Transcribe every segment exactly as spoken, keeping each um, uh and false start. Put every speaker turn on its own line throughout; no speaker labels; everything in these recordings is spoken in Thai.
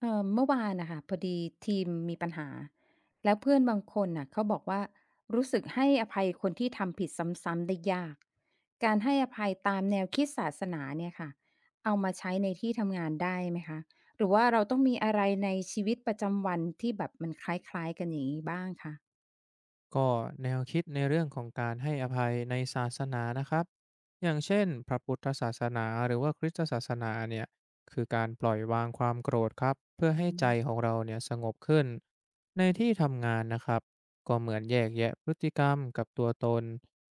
เอ่อเมื่อวานนะคะพอดีทีมมีปัญหาแล้วเพื่อนบางคนน่ะเขาบอกว่ารู้สึกให้อภัยคนที่ทำผิดซ้ำๆได้ยากการให้อภัยตามแนวคิดศาสนาเนี่ยค่ะเอามาใช้ในที่ทำงานได้ไหมคะหรือว่าเราต้องมีอะไรในชีวิตประจำวันที่แบบมันคล้ายๆกันอย่างงี้บ้างคะ
ก็แนวคิดในเรื่องของการให้อภัยในศาสนานะครับอย่างเช่นพระพุทธศาสนาหรือว่าคริสตศาสนาเนี่ยคือการปล่อยวางความโกรธครับเพื่อ
อื
ให้ใจข
ม
องเราเนี่ยสงบขึ้นในที่ทำงานนะครับก็เหมือนแยกแยะพฤติกรรมกับตัวตน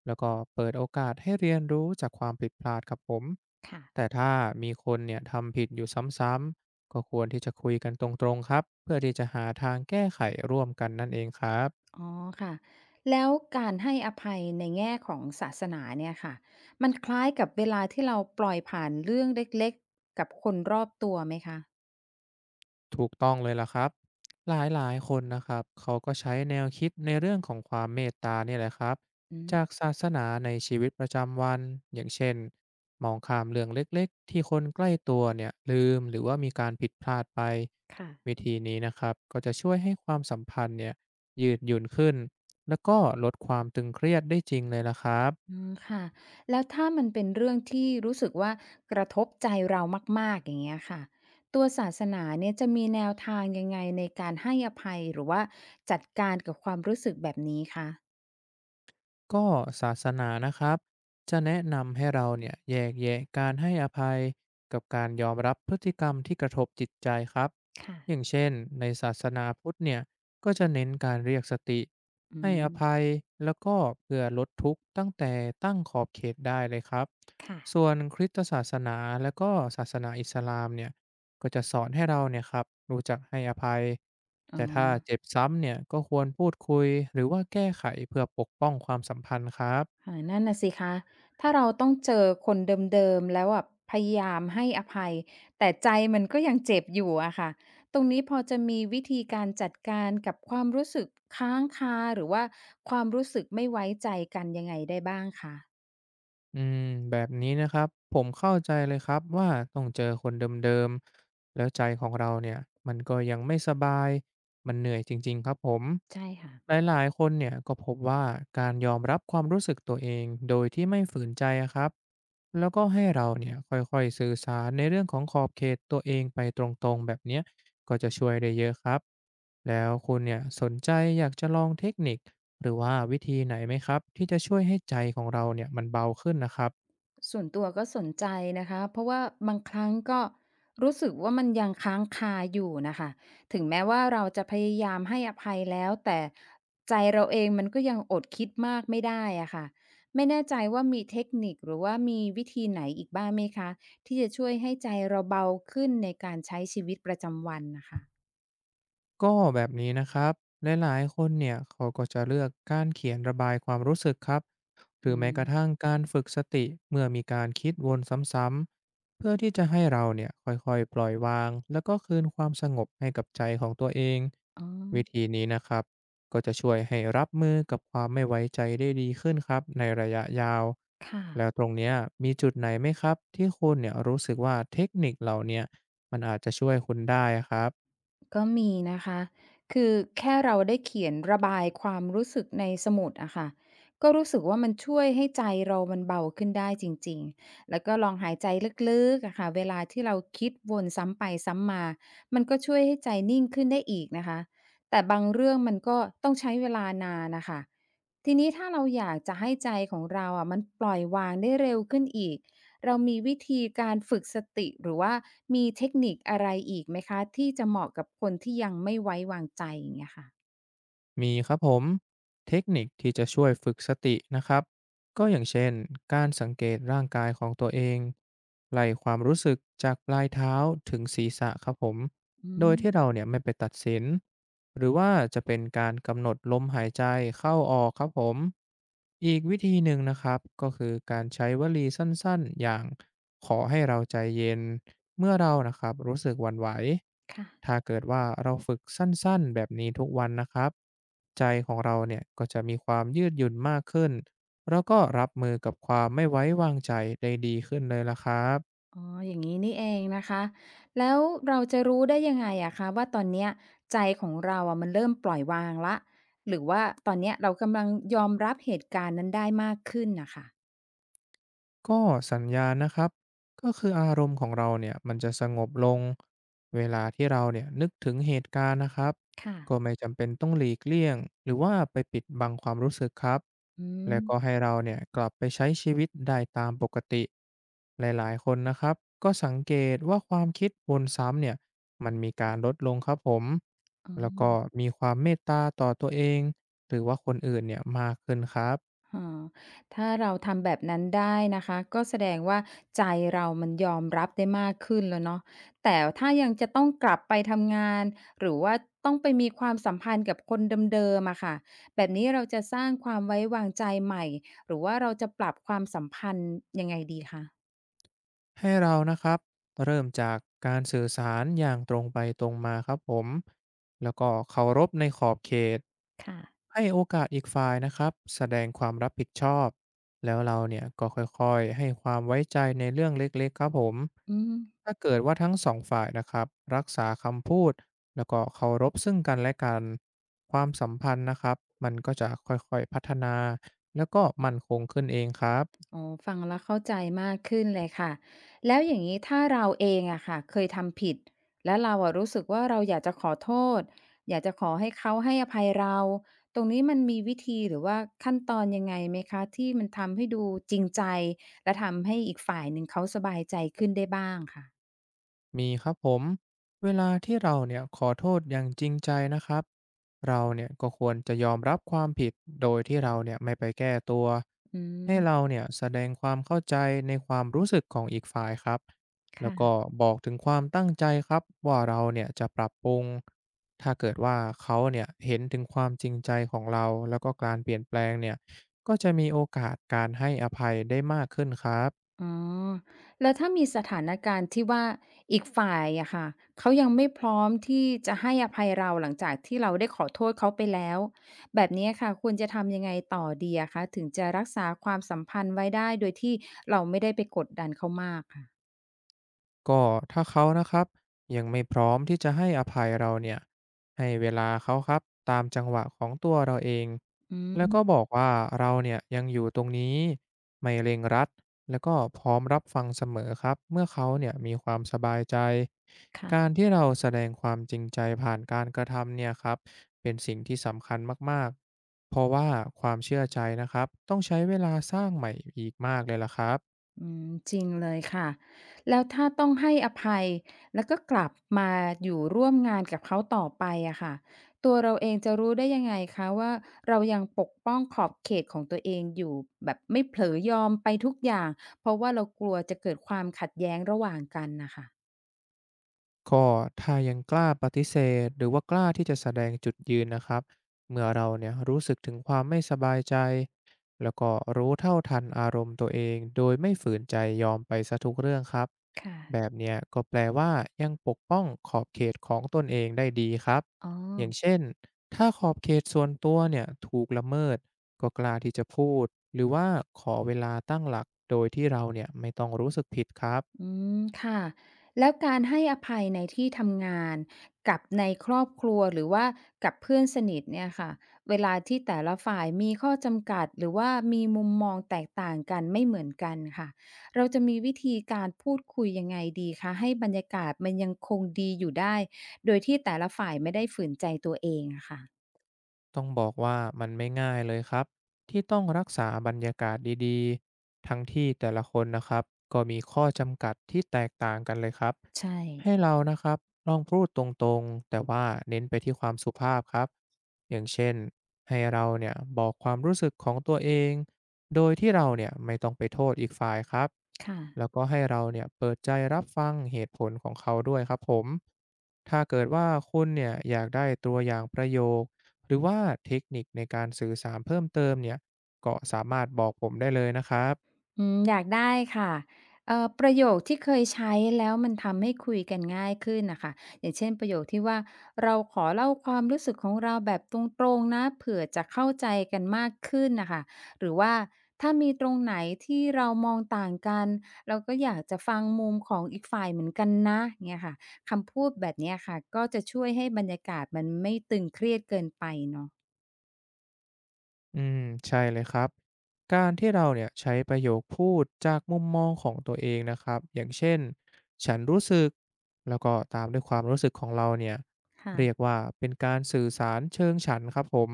แล้วก็เปิดโอกาสให้เรียนรู้จากความผิดพลาดครับผม
ค่ะ
แต่ถ้ามีคนเนี่ยทำผิดอยู่ซ้ำๆก็ควรที่จะคุยกันตรงๆครับเพื่อที่จะหาทางแก้ไขร่วมกันนั่นเองครับ
อ๋อค่ะแล้วการให้อภัยในแง่ของศาสนาเนี่ยค่ะมันคล้ายกับเวลาที่เราปล่อยผ่านเรื่องเล็กๆกับคนรอบตัวไหมคะ
ถูกต้องเลยล่ะครับหลายๆคนนะครับเขาก็ใช้แนวคิดในเรื่องของความเมตตาเนี่ยแหละครับ
อืม
จากศาสนาในชีวิตประจำวันอย่างเช่นมองข้ามเรื่องเล็กๆที่คนใกล้ตัวเนี่ยลืมหรือว่ามีการผิดพลาดไป
ค่ะ
วิธีนี้นะครับก็จะช่วยให้ความสัมพันธ์เนี่ยยืดหยุ่นขึ้นแล้วก็ลดความตึงเครียดได้จริงเลยล่ะครับ
อืมค่ะแล้วถ้ามันเป็นเรื่องที่รู้สึกว่ากระทบใจเรามากๆอย่างเงี้ยค่ะตัวศาสนาเนี่ยจะมีแนวทางยังไงในการให้อภัยหรือว่าจัดการกับความรู้สึกแบบนี้คะ
ก็ศาสนานะครับจะแนะนำให้เราเนี่ยแยกแยะการให้อภัยกับการยอมรับพฤติกรรมที่กระทบจิตใจครับ
ค่ะ
อย่างเช่นในศาสนาพุทธเนี่ยก็จะเน้นการเรียกสติ
อื
ให้อ
ม
ภัยแล้วก็เพื่อลดทุกข์ตั้งแต่ตั้งขอบเขตได้เลยครับ
ค่ะ
ส่วนคริสตศาสนาและก็ศาสนาอิสลามเนี่ย ก็จะสอนให้เราเนี่ยครับรู้จักให้อภัย
อ๋อ
แต่ถ้าเจ็บซ้ำเนี่ยก็ควรพูดคุยหรือว่าแก้ไขเพื่อปกป้องความสัมพันธ์ครับ
ค่ะนั่นน่ะสิคะถ้าเราต้องเจอคนเดิมๆแล้วแบบพยายามให้อภัยแต่ใจมันก็ยังเจ็บอยู่อะค่ะตรงนี้พอจะมีวิธีการจัดการกับความรู้สึกค้างคาหรือว่าความรู้สึกไม่ไว้ใจกันยังไงได้บ้างคะ
อืมแบบนี้นะครับผมเข้าใจเลยครับว่าต้องเจอคนเดิมๆแล้วใจของเราเนี่ยมันก็ยังไม่สบายมันเหนื่อยจริงๆครับผม
ใช่ค่ะ
หลายๆคนเนี่ยก็พบว่าการยอมรับความรู้สึกตัวเองโดยที่ไม่ฝืนใจอะครับแล้วก็ให้เราเนี่ยค่อยๆสื่อสารในเรื่องของขอบเขตตัวเองไปตรงๆแบบเนี้ยก็จะช่วยได้เยอะครับแล้วคุณเนี่ยสนใจอยากจะลองเทคนิค หรือว่าวิธีไหนไหมครับที่จะช่วยให้ใจของเราเนี่ยมันเบาขึ้นนะครับ
ส่วนตัวก็สนใจนะคะเพราะว่าบางครั้งก็รู้สึกว่ามันยังค้างคาอยู่นะคะถึงแม้ว่าเราจะพยายามให้อภัยแล้วแต่ใจเราเองมันก็ยังอดคิดมากไม่ได้อะค่ะไม่แน่ใจว่ามีเทคนิคหรือว่ามีวิธีไหนอีกบ้างไหมคะที่จะช่วยให้ใจเราเบาขึ้นในการใช้ชีวิตประจำวันนะคะ
ก็แบบนี้นะครับหลายๆคนเนี่ยเขาก็จะเลือกการเขียนระบายความรู้สึกครับหรื
อื
อแม้
ม
กระทั่งการฝึกสติเมื่อมีการคิดวนซ้ำๆเพื่อที่จะให้เราเนี่ยค่อยๆปล่อยวางแล้วก็คืนความสงบให้กับใจของตัวเอง
อ๋อ
วิธีนี้นะครับก็จะช่วยให้รับมือกับความไม่ไว้ใจได้ดีขึ้นครับในระยะยาว
ค่ะ
แล้วตรงเนี้ยมีจุดไหนไหมครับที่คุณเนี่ยรู้สึกว่าเทคนิคเหล่าเนี้ยมันอาจจะช่วยคุณได้ครับ
ก็มีนะคะคือแค่เราได้เขียนระบายความรู้สึกในสมุดอะค่ะก็รู้สึกว่ามันช่วยให้ใจเรามันเบาขึ้นได้จริงๆ แล้วก็ลองหายใจลึกๆอะค่ะเวลาที่เราคิดวนซ้ำไปซ้ำมามันก็ช่วยให้ใจนิ่งขึ้นได้อีกนะคะ แต่บางเรื่องมันก็ต้องใช้เวลานานนะคะ ทีนี้ถ้าเราอยากจะให้ใจของเราอะมันปล่อยวางได้เร็วขึ้นอีก เรามีวิธีการฝึกสติหรือว่ามีเทคนิคอะไรอีกไหมคะที่จะเหมาะกับคนที่ยังไม่ไว้วางใจอย่างเงี้ยค่ะ
มีครับผมเทคนิคที่จะช่วยฝึกสตินะครับก็อย่างเช่นการสังเกตร่างกายของตัวเองไล่ความรู้สึกจากปลายเท้าถึงศีรษะครับผม
อื
โดย
ม
ที่เราเนี่ยไม่ไปตัดสินหรือว่าจะเป็นการกำหนดลมหายใจเข้าออกครับผมอีกวิธีหนึ่งนะครับก็คือการใช้วลีสั้นๆอย่างขอให้เราใจเย็น เมื่อเรานะครับรู้สึกหวั่นไหวถ้า
ค่ะ
เกิดว่าเราฝึกสั้น ๆ แบบนี้ทุกวันนะครับ ใจของเราเนี่ยก็จะมีความยืดหยุ่นมากขึ้น แล้วก็รับมือกับความไม่ไว้วางใจได้ดีขึ้นเลยละครับ
อ๋ออย่างงี้นี่เองนะคะแล้วเราจะรู้ได้ยังไงอะคะว่าตอนเนี้ยใจของเราอะมันเริ่มปล่อยวางแล้วหรือว่าตอนเนี้ยเรากำลังยอมรับเหตุการณ์นั้นได้มากขึ้นน่ะค่ะ
ก็สัญญาณนะครับก็คืออารมณ์ของเราเนี่ยมันจะสงบลงเวลาที่เราเนี่ยนึกถึงเหตุการณ์นะครับ
ค่ะ
ก็ไม่จำเป็นต้องหลีกเลี่ยงหรือว่าไปปิดบังความรู้สึกครับ
อืม
และก็ให้เราเนี่ยกลับไปใช้ชีวิตได้ตามปกติหลายๆคนนะครับก็สังเกตว่าความคิดวนซ้ำเนี่ยมันมีการลดลงครับผมแล้วก็มีความเมตตาต่อตัวเองหรือว่าคนอื่นเนี่ยมากขึ้นครับ
อ๋อถ้าเราทำแบบนั้นได้นะคะก็แสดงว่าใจเรามันยอมรับได้มากขึ้นแล้วเนาะแต่ถ้ายังจะต้องกลับไปทำงานหรือว่าต้องไปมีความสัมพันธ์กับคนเดิมๆอะค่ะแบบนี้เราจะสร้างความไว้วางใจใหม่หรือว่าเราจะปรับความสัมพันธ์ยังไงดีคะ
ให้เรานะครับเริ่มจากการสื่อสารอย่างตรงไปตรงมาครับผมแล้วก็เคารพในขอบเขต
ค่ะ
ให้โอกาสอีกฝ่ายนะครับแสดงความรับผิดชอบแล้วเราเนี่ยก็ค่อยๆให้ความไว้ใจในเรื่องเล็กๆครับผม
อืม
ถ้าเกิดว่าทั้งสองฝ่ายนะครับรักษาคำพูดแล้วก็เคารพซึ่งกันและกันความสัมพันธ์นะครับมันก็จะค่อยๆพัฒนาแล้วก็มั่นคงขึ้นเองครับ
อ๋อฟังแล้วเข้าใจมากขึ้นเลยค่ะแล้วอย่างนี้ถ้าเราเองอะค่ะเคยทำผิดแล้วเราอะรู้สึกว่าเราอยากจะขอโทษอยากจะขอให้เขาให้อภัยเราตรงนี้มันมีวิธีหรือว่าขั้นตอนยังไงไหมคะที่มันทำให้ดูจริงใจและทำให้อีกฝ่ายหนึ่งเขาสบายใจขึ้นได้บ้างค่ะ
มีครับผมเวลาที่เราเนี่ยขอโทษอย่างจริงใจนะครับเราเนี่ยก็ควรจะยอมรับความผิดโดยที่เราเนี่ยไม่ไปแก้ตัว
อื
ให้เรา
ม
เนี่ยแสดงความเข้าใจในความรู้สึกของอีกฝ่ายครับแล้วก็
ค่ะ
บอกถึงความตั้งใจครับว่าเราเนี่ยจะปรับปรุงถ้าเกิดว่าเขาเนี่ยเห็นถึงความจริงใจของเราแล้วก็การเปลี่ยนแปลงเนี่ยก็จะมีโอกาสการให้อภัยได้มากขึ้นครับ
อ๋อแล้วถ้ามีสถานการณ์ที่ว่าอีกฝ่ายอะค่ะ เขายังไม่พร้อมที่จะให้อภัยเราหลังจากที่เราได้ขอโทษเขาไปแล้วแบบนี้ค่ะควรจะทำยังไงต่อดีอะคะถึงจะรักษาความสัมพันธ์ไว้ได้โดยที่เราไม่ได้ไปกดดันเขามากค่ะ
ก็ถ้าเขานะครับยังไม่พร้อมที่จะให้อภัยเราเนี่ยให้เวลาเขาครับตามจังหวะของตัวเราเอง
อื
แล้วก็
ม
บอกว่าเราเนี่ยยังอยู่ตรงนี้ไม่เร่งรัดแล้วก็พร้อมรับฟังเสมอครับเมื่อเขาเนี่ยมีความสบายใจ
ค่ะ
การที่เราแสดงความจริงใจผ่านการกระทำเนี่ยครับเป็นสิ่งที่สำคัญมากๆเพราะว่าความเชื่อใจนะครับต้องใช้เวลาสร้างใหม่อีกมากเลยล่ะครับ
อืมจริงเลยค่ะแล้วถ้าต้องให้อภัยแล้วก็กลับมาอยู่ร่วมงานกับเขาต่อไปอะค่ะตัวเราเองจะรู้ได้ยังไงคะว่าเรายังปกป้องขอบเขตของตัวเองอยู่แบบไม่เผลอยอมไปทุกอย่างเพราะว่าเรากลัวจะเกิดความขัดแย้งระหว่างกันน่ะค่ะ
ก็ถ้ายังกล้าปฏิเสธหรือว่ากล้าที่จะแสดงจุดยืนนะครับเมื่อเราเนี่ยรู้สึกถึงความไม่สบายใจแล้วก็รู้เท่าทันอารมณ์ตัวเองโดยไม่ฝืนใจยอมไปซะทุกเรื่องครับ
ค่ะ
แบบเนี้ยก็แปลว่ายังปกป้องขอบเขตของตนเองได้ดีครับ
อ๋อ
อย่างเช่นถ้าขอบเขตส่วนตัวเนี่ยถูกละเมิดก็กล้าที่จะพูดหรือว่าขอเวลาตั้งหลักโดยที่เราเนี่ยไม่ต้องรู้สึกผิดครับ
อืมค่ะแล้วการให้อภัยในที่ทำงานกับในครอบครัวหรือว่ากับเพื่อนสนิทเนี่ยค่ะเวลาที่แต่ละฝ่ายมีข้อจำกัดหรือว่ามีมุมมองแตกต่างกันไม่เหมือนกันค่ะเราจะมีวิธีการพูดคุยยังไงดีคะให้บรรยากาศมันยังคงดีอยู่ได้โดยที่แต่ละฝ่ายไม่ได้ฝืนใจตัวเองอะค่ะ
ต้องบอกว่ามันไม่ง่ายเลยครับที่ต้องรักษาบรรยากาศดีๆทั้งที่แต่ละคนนะครับก็มีข้อจำกัดที่แตกต่างกันเลยครับ
ใช่
ให้เรานะครับลองพูดตรงๆแต่ว่าเน้นไปที่ความสุภาพครับอย่างเช่นให้เราเนี่ยบอกความรู้สึกของตัวเองโดยที่เราเนี่ยไม่ต้องไปโทษอีกฝ่ายครับ
ค่ะ
แล้วก็ให้เราเนี่ยเปิดใจรับฟังเหตุผลของเขาด้วยครับผมถ้าเกิดว่าคุณเนี่ยอยากได้ตัวอย่างประโยค หรือว่าเทคนิคในการสื่อสารเพิ่มเติมเนี่ยก็สามารถบอกผมได้เลยนะครับ
อืมอยากได้ค่ะเอ่อประโยคที่เคยใช้แล้วมันทำให้คุยกันง่ายขึ้นน่ะค่ะอย่างเช่นประโยคที่ว่าเราขอเล่าความรู้สึกของเราแบบตรงๆนะเผื่อจะเข้าใจกันมากขึ้นน่ะค่ะหรือว่าถ้ามีตรงไหนที่เรามองต่างกันเราก็อยากจะฟังมุมของอีกฝ่ายเหมือนกันนะเงี้ยค่ะคำพูดแบบเนี้ยค่ะก็จะช่วยให้บรรยากาศมันไม่ตึงเครียดเกินไปเนาะ
อืมใช่เลยครับการที่เราเนี่ยใช้ประโยคพูดจากมุมมองของตัวเองนะครับอย่างเช่นฉันรู้สึกแล้วก็ตามด้วยความรู้สึกของเราเนี่ย
ค่ะ
เรียกว่าเป็นการสื่อสารเชิงฉันครับผม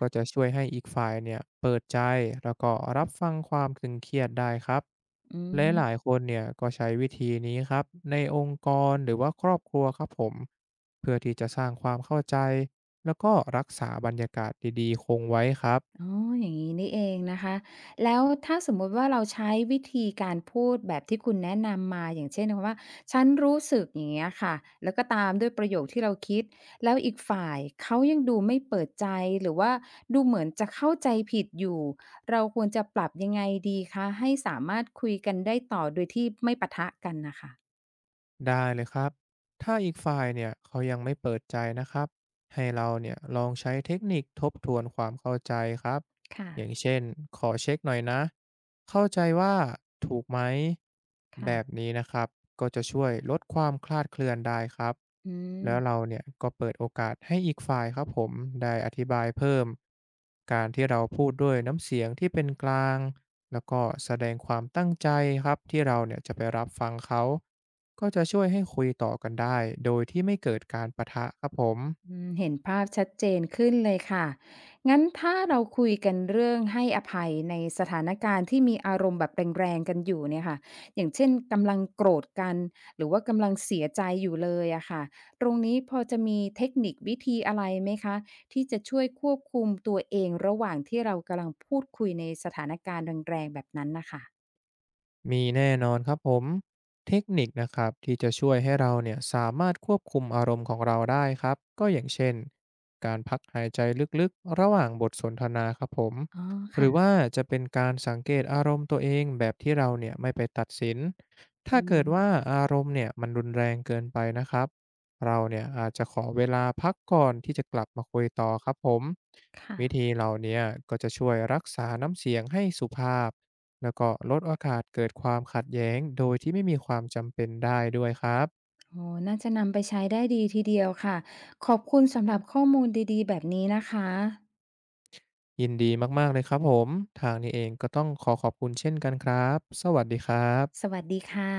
ก็จะช่วยให้อีกฝ่ายเนี่ยเปิดใจแล้วก็รับฟังความตึงเครียดได้ครับ
อื
และหลาย
ม
ๆคนเนี่ยก็ใช้วิธีนี้ครับในองค์กรหรือว่าครอบครัวครับผมเพื่อที่จะสร้างความเข้าใจ แล้วก็รักษาบรรยากาศดีๆคงไว้ครับ
อ๋ออย่างนี้นี่เองนะคะแล้วถ้าสมมุติว่าเราใช้วิธีการพูดแบบที่คุณแนะนำมาอย่างเช่นคำว่าฉันรู้สึกอย่างเงี้ยค่ะแล้วก็ตามด้วยประโยคที่เราคิดแล้วอีกฝ่ายเขายังดูไม่เปิดใจหรือว่าดูเหมือนจะเข้าใจผิดอยู่เราควรจะปรับยังไงดีคะให้สามารถคุยกันได้ต่อโดยที่ไม่ปะทะกันน่ะค่ะ
ได้เลยครับถ้าอีกฝ่ายเนี่ยเขายังไม่เปิดใจนะครับให้เราเนี่ยลองใช้เทคนิคทบทวนความเข้าใจครับ อย่าง
ค่ะ
เช่นขอเช็คหน่อยนะ เข้าใจว่าถูกไหมแบบ
ค่ะ
นี้นะครับก็จะช่วยลดความคลาดเคลื่อนได้ครับ
อืม
แล้วเราเนี่ยก็เปิดโอกาสให้อีกฝ่ายครับผมได้อธิบายเพิ่มการที่เราพูดด้วยน้ำเสียงที่เป็นกลางแล้วก็แสดงความตั้งใจครับที่เราเนี่ยจะไปรับฟังเขา ก็จะช่วยให้คุยต่อกันได้โดยที่ไม่เกิดการปะทะครับผม
อืมเห็นภาพชัดเจนขึ้นเลยค่ะงั้นถ้าเราคุยกันเรื่องให้อภัยในสถานการณ์ที่มีอารมณ์แบบแรงๆกันอยู่เนี่ยค่ะอย่างเช่นกำลังโกรธกันหรือว่ากำลังเสียใจอยู่เลยอะค่ะตรงนี้พอจะมีเทคนิควิธีอะไรไหมคะที่จะช่วยควบคุมตัวเองระหว่างที่เรากำลังพูดคุยในสถานการณ์แรงๆแบบนั้นนะคะ
มีแน่นอนครับผมเทคนิคนะครับที่จะช่วยให้เราเนี่ยสามารถควบคุมอารมณ์ของเราได้ครับก็อย่างเช่นการพักหายใจลึกๆระหว่างบทสนทนาครับผม
อ๋อ
ห
ค่ะ
รือว่าจะเป็นการสังเกตอารมณ์ตัวเองแบบที่เราเนี่ยไม่ไปตัดสินถ้า
อื
เกิดว่า
ม
อารมณ์เนี่ยมันรุนแรงเกินไปนะครับเราเนี่ยอาจจะขอเวลาพักก่อนที่จะกลับมาคุยต่อครับผม
ค่ะ
วิธีเหล่าเนี้ก็จะช่วยรักษาน้ำเสียงให้สุภาพ แล้วก็ลดโอกาสเกิดความขัดแย้งโดยที่ไม่มีความจำเป็นได้ด้วยครับ
โอ้น่าจะนำไปใช้ได้ดีทีเดียวค่ะ ขอบคุณสำหรับข้อมูลดีๆแบบนี้นะคะ
ยินดีมากๆเลยครับผมทางนี้เองก็ต้องขอขอบคุณเช่นกันครับสวัสดีครั
ส
บ
วัสดีค่ะ